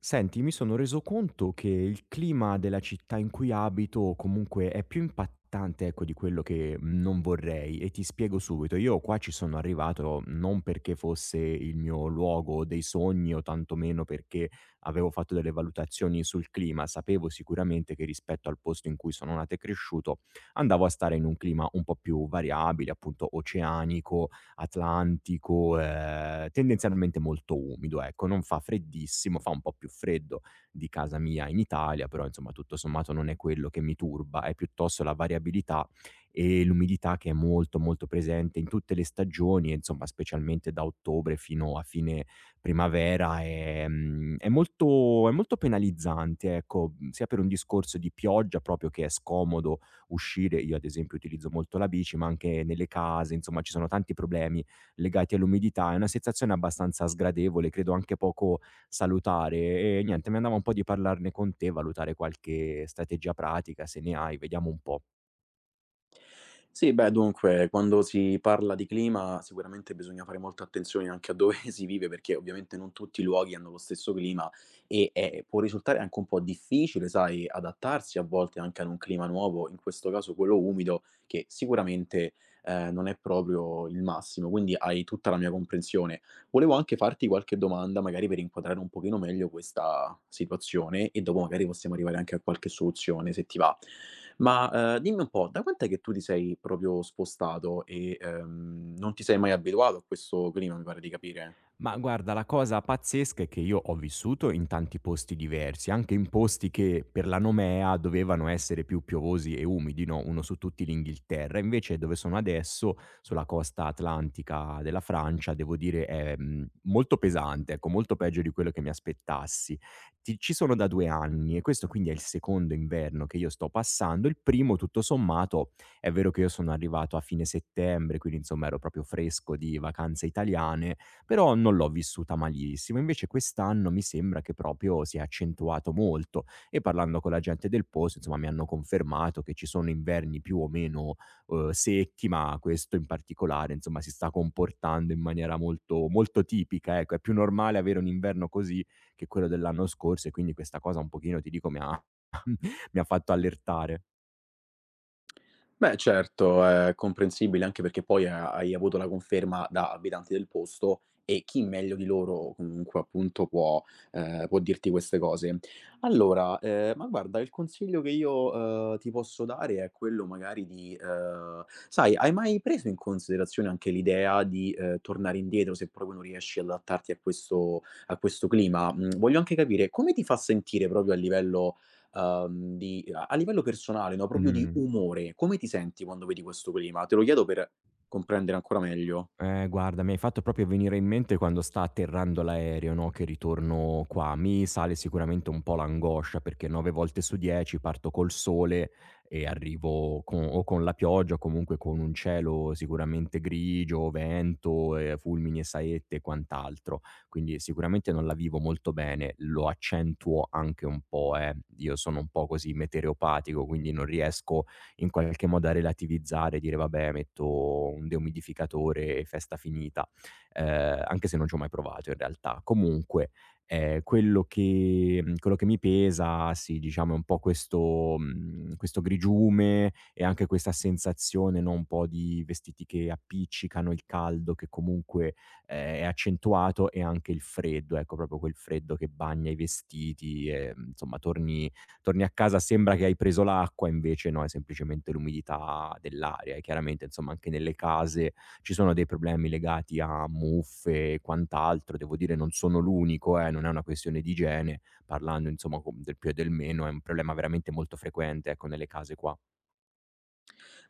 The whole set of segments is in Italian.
Senti, mi sono reso conto che il clima della città in cui abito comunque è più impattante, ecco, di quello che non vorrei e ti spiego subito. Io qua ci sono arrivato non perché fosse il mio luogo dei sogni o tantomeno perché avevo fatto delle valutazioni sul clima. Sapevo sicuramente che rispetto al posto in cui sono nato e cresciuto andavo a stare in un clima un po' più variabile, appunto oceanico, atlantico, tendenzialmente molto umido, ecco. Non fa freddissimo, fa un po' più freddo di casa mia in Italia, però insomma tutto sommato non è quello che mi turba, è piuttosto la variabilità e l'umidità che è molto, molto presente in tutte le stagioni e insomma specialmente da ottobre fino a fine primavera, è molto penalizzante, ecco, sia per un discorso di pioggia proprio che è scomodo uscire. Io ad esempio utilizzo molto la bici, ma anche nelle case, insomma ci sono tanti problemi legati all'umidità. È una sensazione abbastanza sgradevole, credo anche poco salutare e niente, mi andava un po' di parlarne con te, valutare qualche strategia pratica, se ne hai, vediamo un po'. Sì, beh, dunque, quando si parla di clima sicuramente bisogna fare molta attenzione anche a dove si vive, perché ovviamente non tutti i luoghi hanno lo stesso clima e può risultare anche un po' difficile, sai, adattarsi a volte anche ad un clima nuovo, in questo caso quello umido, che sicuramente non è proprio il massimo, quindi hai tutta la mia comprensione. Volevo anche farti qualche domanda, magari per inquadrare un pochino meglio questa situazione e dopo magari possiamo arrivare anche a qualche soluzione, se ti va. Ma, dimmi un po', da quant'è che tu ti sei proprio spostato e, non ti sei mai abituato a questo clima, mi pare di capire? Ma guarda, la cosa pazzesca è che io ho vissuto in tanti posti diversi, anche in posti che per la nomea dovevano essere più piovosi e umidi, no, uno su tutti l'Inghilterra. Invece dove sono adesso, sulla costa atlantica della Francia, devo dire è, molto pesante, ecco, molto peggio di quello che mi aspettassi. Ti ci sono da 2 anni e questo quindi è il secondo inverno che io sto passando. Il primo tutto sommato, è vero che io sono arrivato a fine settembre, quindi insomma ero proprio fresco di vacanze italiane, però non l'ho vissuta malissimo. Invece quest'anno mi sembra che proprio si è accentuato molto e parlando con la gente del posto, insomma, mi hanno confermato che ci sono inverni più o meno, secchi, ma questo in particolare, insomma, si sta comportando in maniera molto molto tipica, ecco. È più normale avere un inverno così che quello dell'anno scorso e quindi questa cosa un pochino, ti dico, mi ha mi ha fatto allertare. Beh certo, è comprensibile anche perché poi ha hai avuto la conferma da abitanti del posto e chi meglio di loro comunque appunto può può dirti queste cose. Allora, ma guarda il consiglio che io ti posso dare è quello magari di sai, hai mai preso in considerazione anche l'idea di, tornare indietro se proprio non riesci ad adattarti a questo clima? Mhmm, voglio anche capire come ti fa sentire proprio a livello, di a livello personale, no, proprio di Mh. umore, come ti senti quando vedi questo clima? Te lo chiedo per comprendere ancora meglio. Guarda, mi hai fatto proprio venire in mente quando sta atterrando l'aereo, no, che ritorno qua. Mi sale sicuramente un po' l'angoscia perché 9 volte su 10 parto col sole e arrivo con, o con la pioggia o comunque con un cielo sicuramente grigio, vento, fulmini e saette e quant'altro. Quindi sicuramente non la vivo molto bene, lo accentuo anche un po', eh. Io sono un po' così meteoropatico, quindi non riesco in qualche modo a relativizzare, dire: "Vabbè, metto un deumidificatore e festa finita", anche se non ci ho mai provato in realtà. Comunque, quello che quello che mi pesa, sì, diciamo è un po' questo questo grigiume e anche questa sensazione, no, un po' di vestiti che appiccicano, il caldo che comunque, è accentuato e anche il freddo, ecco, proprio quel freddo che bagna i vestiti e, insomma torni torni a casa sembra che hai preso l'acqua, invece no, è semplicemente l'umidità dell'aria e chiaramente insomma anche nelle case ci sono dei problemi legati a muffe e quant'altro. Devo dire non sono l'unico, non è una questione di igiene, parlando insomma co del più e del meno, è un problema veramente molto frequente, ecco, nelle case qua.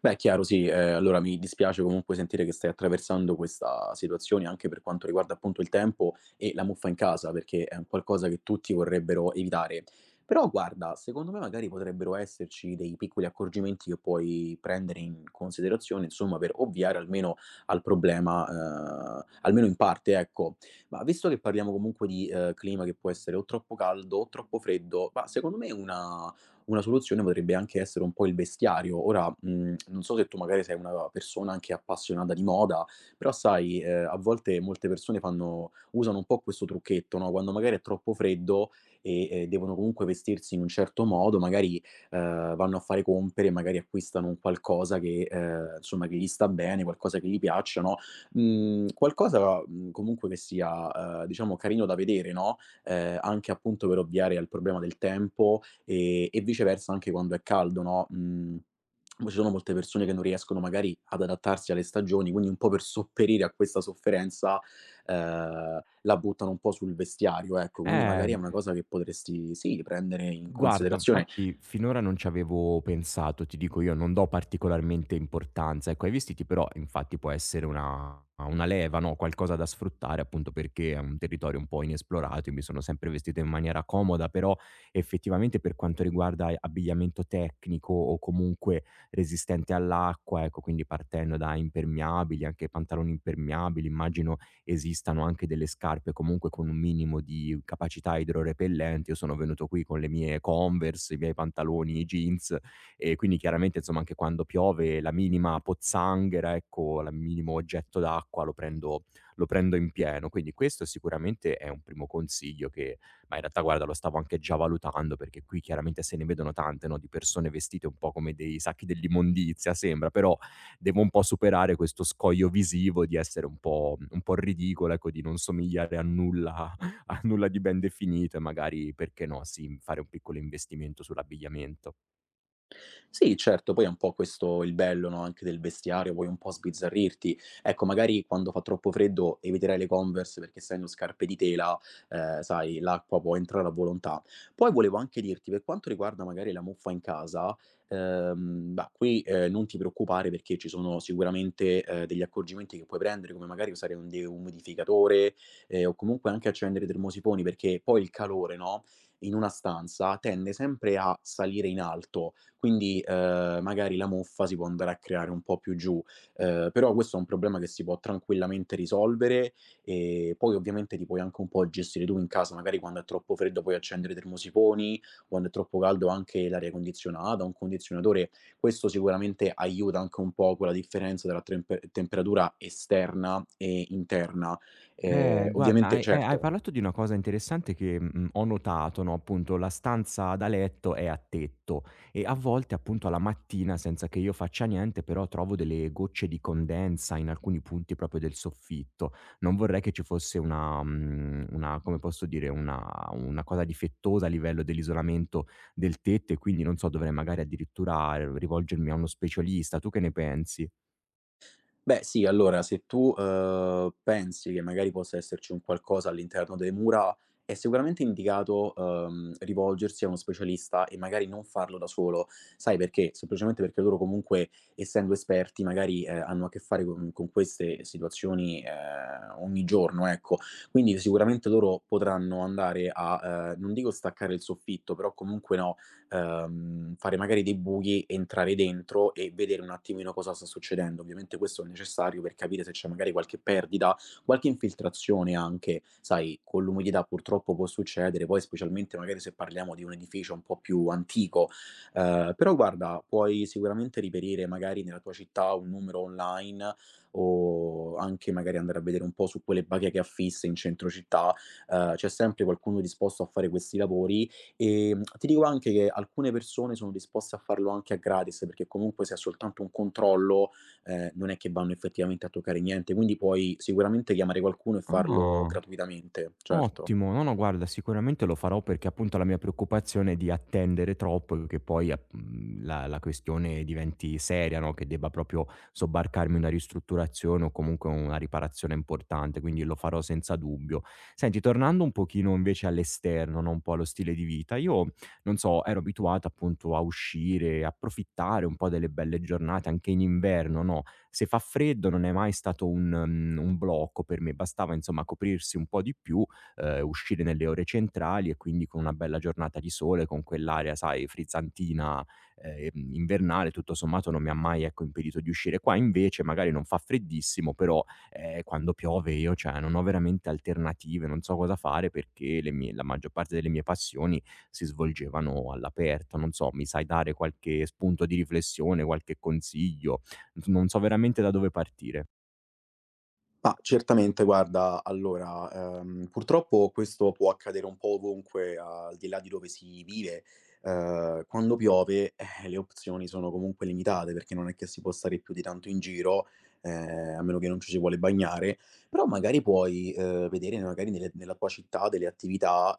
Beh, è chiaro, sì. Allora mi dispiace comunque sentire che stai attraversando questa situazione, anche per quanto riguarda appunto il tempo e la muffa in casa, perché è un qualcosa che tutti vorrebbero evitare. Però guarda, secondo me magari potrebbero esserci dei piccoli accorgimenti che puoi prendere in considerazione, insomma, per ovviare almeno al problema, almeno in parte, ecco. Ma visto che parliamo comunque di, clima che può essere o troppo caldo o troppo freddo, ma secondo me una soluzione potrebbe anche essere un po' il vestiario. Ora, mhmm, non so se tu magari sei una persona anche appassionata di moda, però sai, a volte molte persone fanno usano un po' questo trucchetto, no, quando magari è troppo freddo e, devono comunque vestirsi in un certo modo, magari, vanno a fare compere, magari acquistano un qualcosa che, insomma che gli sta bene, qualcosa che gli piaccia, no, mhmm, qualcosa, mhmm, comunque che sia, diciamo carino da vedere, no, anche appunto per ovviare al problema del tempo. E viceversa anche quando è caldo, no, mhmm, ci sono molte persone che non riescono magari ad adattarsi alle stagioni, quindi un po' per sopperire a questa sofferenza, la buttano un po' sul vestiario, ecco. Quindi Eh, magari è una cosa che potresti, sì, prendere in guarda, considerazione. infatti finora non ci avevo pensato, ti dico io non do particolarmente importanza, ecco, ai vestiti però infatti può essere una leva, no, qualcosa da sfruttare appunto perché è un territorio un po' inesplorato, io mi sono sempre vestito in maniera comoda, però effettivamente per quanto riguarda abbigliamento tecnico o comunque resistente all'acqua, ecco, quindi partendo da impermeabili, anche pantaloni impermeabili, immagino esistano anche delle scarpe comunque con un minimo di capacità idrorepellente. Io sono venuto qui con le mie Converse, i miei pantaloni, i jeans e quindi chiaramente insomma anche quando piove la minima pozzanghera, ecco, la minimo oggetto d'acqua lo prendo in pieno. Quindi questo sicuramente è un primo consiglio che ma in realtà guarda lo stavo anche già valutando perché qui chiaramente se ne vedono tante, no, di persone vestite un po' come dei sacchi dell'immondizia sembra, però devo un po' superare questo scoglio visivo di essere un po' ridicolo, ecco, di non somigliare a nulla a nulla di ben definito e magari, perché no, sì, fare un piccolo investimento sull'abbigliamento. Sì, certo, poi è un po' questo il bello, no, anche del vestiario, vuoi un po' sbizzarrirti. Ecco, magari quando fa troppo freddo eviterai le Converse perché essendo scarpe di tela, sai, l'acqua può entrare a volontà. Poi volevo anche dirti, per quanto riguarda magari la muffa in casa, bah, qui, non ti preoccupare perché ci sono sicuramente, degli accorgimenti che puoi prendere, come magari usare un deumidificatore, o comunque anche accendere i termosifoni, perché poi il calore, no, in una stanza tende sempre a salire in alto. Quindi, magari la muffa si può andare a creare un po' più giù, però questo è un problema che si può tranquillamente risolvere e poi ovviamente ti puoi anche un po' gestire tu in casa, magari quando è troppo freddo puoi accendere i termosifoni, quando è troppo caldo anche l'aria condizionata, un condizionatore. Questo sicuramente aiuta anche un po' con la differenza della trempe temperatura esterna e interna. Guarda, Ovviamente hai certo. parlato di una cosa interessante che, ho notato, no, appunto la stanza da letto è a tetto e a volte, appunto, alla mattina, senza che io faccia niente, però trovo delle gocce di condensa in alcuni punti proprio del soffitto. Non vorrei che ci fosse una una come posso dire, una cosa difettosa a livello dell'isolamento del tetto e quindi, non so, dovrei magari addirittura rivolgermi a uno specialista. Tu che ne pensi? Beh sì, allora se tu, pensi che magari possa esserci un qualcosa all'interno delle mura, è sicuramente indicato, rivolgersi a uno specialista e magari non farlo da solo. Sai perché? Semplicemente perché loro comunque, essendo esperti, magari, hanno a che fare con queste situazioni, ogni giorno, ecco. Quindi sicuramente loro potranno andare a, non dico staccare il soffitto, però comunque no, fare magari dei buchi, entrare dentro e vedere un attimino cosa sta succedendo. Ovviamente questo è necessario per capire se c'è magari qualche perdita, qualche infiltrazione anche, sai, con l'umidità purtroppo può succedere, poi specialmente magari se parliamo di un edificio un po' più antico. Però guarda, puoi sicuramente reperire magari nella tua città un numero online o anche magari andare a vedere un po' su quelle bacheche affisse in centro città, c'è sempre qualcuno disposto a fare questi lavori. Ti dico anche che alcune persone sono disposte a farlo anche a gratis, perché comunque se è soltanto un controllo, non è che vanno effettivamente a toccare niente, quindi puoi sicuramente chiamare qualcuno e farlo Ah. gratuitamente, certo. Ottimo. No, no, guarda, sicuramente lo farò perché appunto la mia preoccupazione è di attendere troppo e che poi la questione diventi seria, no? Che debba proprio sobbarcarmi una ristrutturazione o comunque una riparazione importante, quindi lo farò senza dubbio. Senti, tornando un pochino invece all'esterno, no? Un po' allo stile di vita, io non so, ero abituato appunto a uscire, approfittare un po' delle belle giornate anche in inverno, no? Se fa freddo non è mai stato un, un blocco per me, bastava insomma coprirsi un po' di più uscire nelle ore centrali e quindi con una bella giornata di sole, con quell'aria, sai, frizzantina, invernale, tutto sommato non mi ha mai, ecco, impedito di uscire. Qua invece magari non fa freddissimo, però, quando piove io, cioè, non ho veramente alternative, non so cosa fare perché le mie la maggior parte delle mie passioni si svolgevano all'aperto. Non so, mi sai dare qualche spunto di riflessione, qualche consiglio? N non so veramente da dove partire. Ma certamente guarda, allora, purtroppo questo può accadere un po' ovunque, al di là di dove si vive. Quando piove, le opzioni sono comunque limitate, perché non è che si può stare più di tanto in giro, a meno che non ci si vuole bagnare, però magari puoi, vedere magari nelle nella tua città delle attività,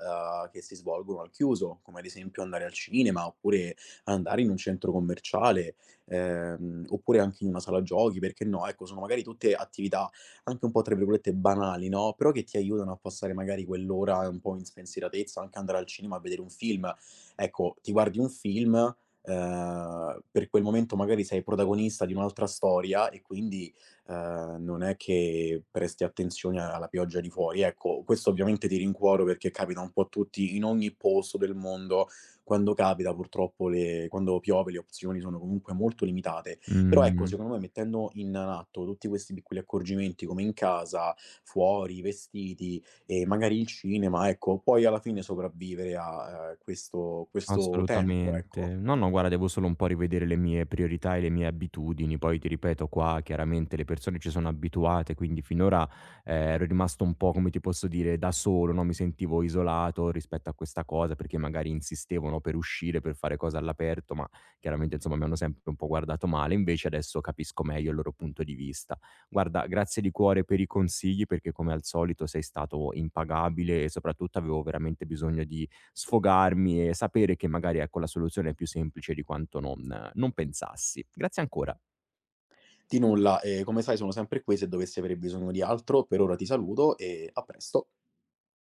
che si svolgono al chiuso, come ad esempio andare al cinema, oppure andare in un centro commerciale, oppure anche in una sala giochi, perché no, ecco, sono magari tutte attività anche un po' tra virgolette "banali", no, però che ti aiutano a passare magari quell'ora un po' in spensieratezza, anche andare al cinema a vedere un film. Ecco, ti guardi un film, per quel momento magari sei protagonista di un'altra storia e quindi, non è che presti attenzione alla pioggia di fuori. Ecco, questo ovviamente ti rincuoro perché capita un po' a tutti in ogni posto del mondo. Quando capita purtroppo le quando piove le opzioni sono comunque molto limitate. Però ecco, Mh. secondo me mettendo in atto tutti questi piccoli accorgimenti come in casa, fuori, vestiti e magari il cinema, ecco, puoi alla fine sopravvivere a, questo tempo, ecco. Assolutamente. No, no, guarda, devo solo un po' rivedere le mie priorità e le mie abitudini. Poi ti ripeto, qua chiaramente le persone ci sono abituate, quindi finora ero rimasto un po', come ti posso dire, da solo, no? Mi sentivo isolato rispetto a questa cosa perché magari insistevano per uscire, per fare cose all'aperto, ma chiaramente insomma mi hanno sempre un po' guardato male. Invece adesso capisco meglio il loro punto di vista. Guarda, grazie di cuore per i consigli perché come al solito sei stato impagabile e soprattutto avevo veramente bisogno di sfogarmi e sapere che magari, ecco, la soluzione è più semplice di quanto non pensassi. Grazie ancora. Di nulla, come sai sono sempre qui se dovessi avere bisogno di altro. Per ora ti saluto e a presto.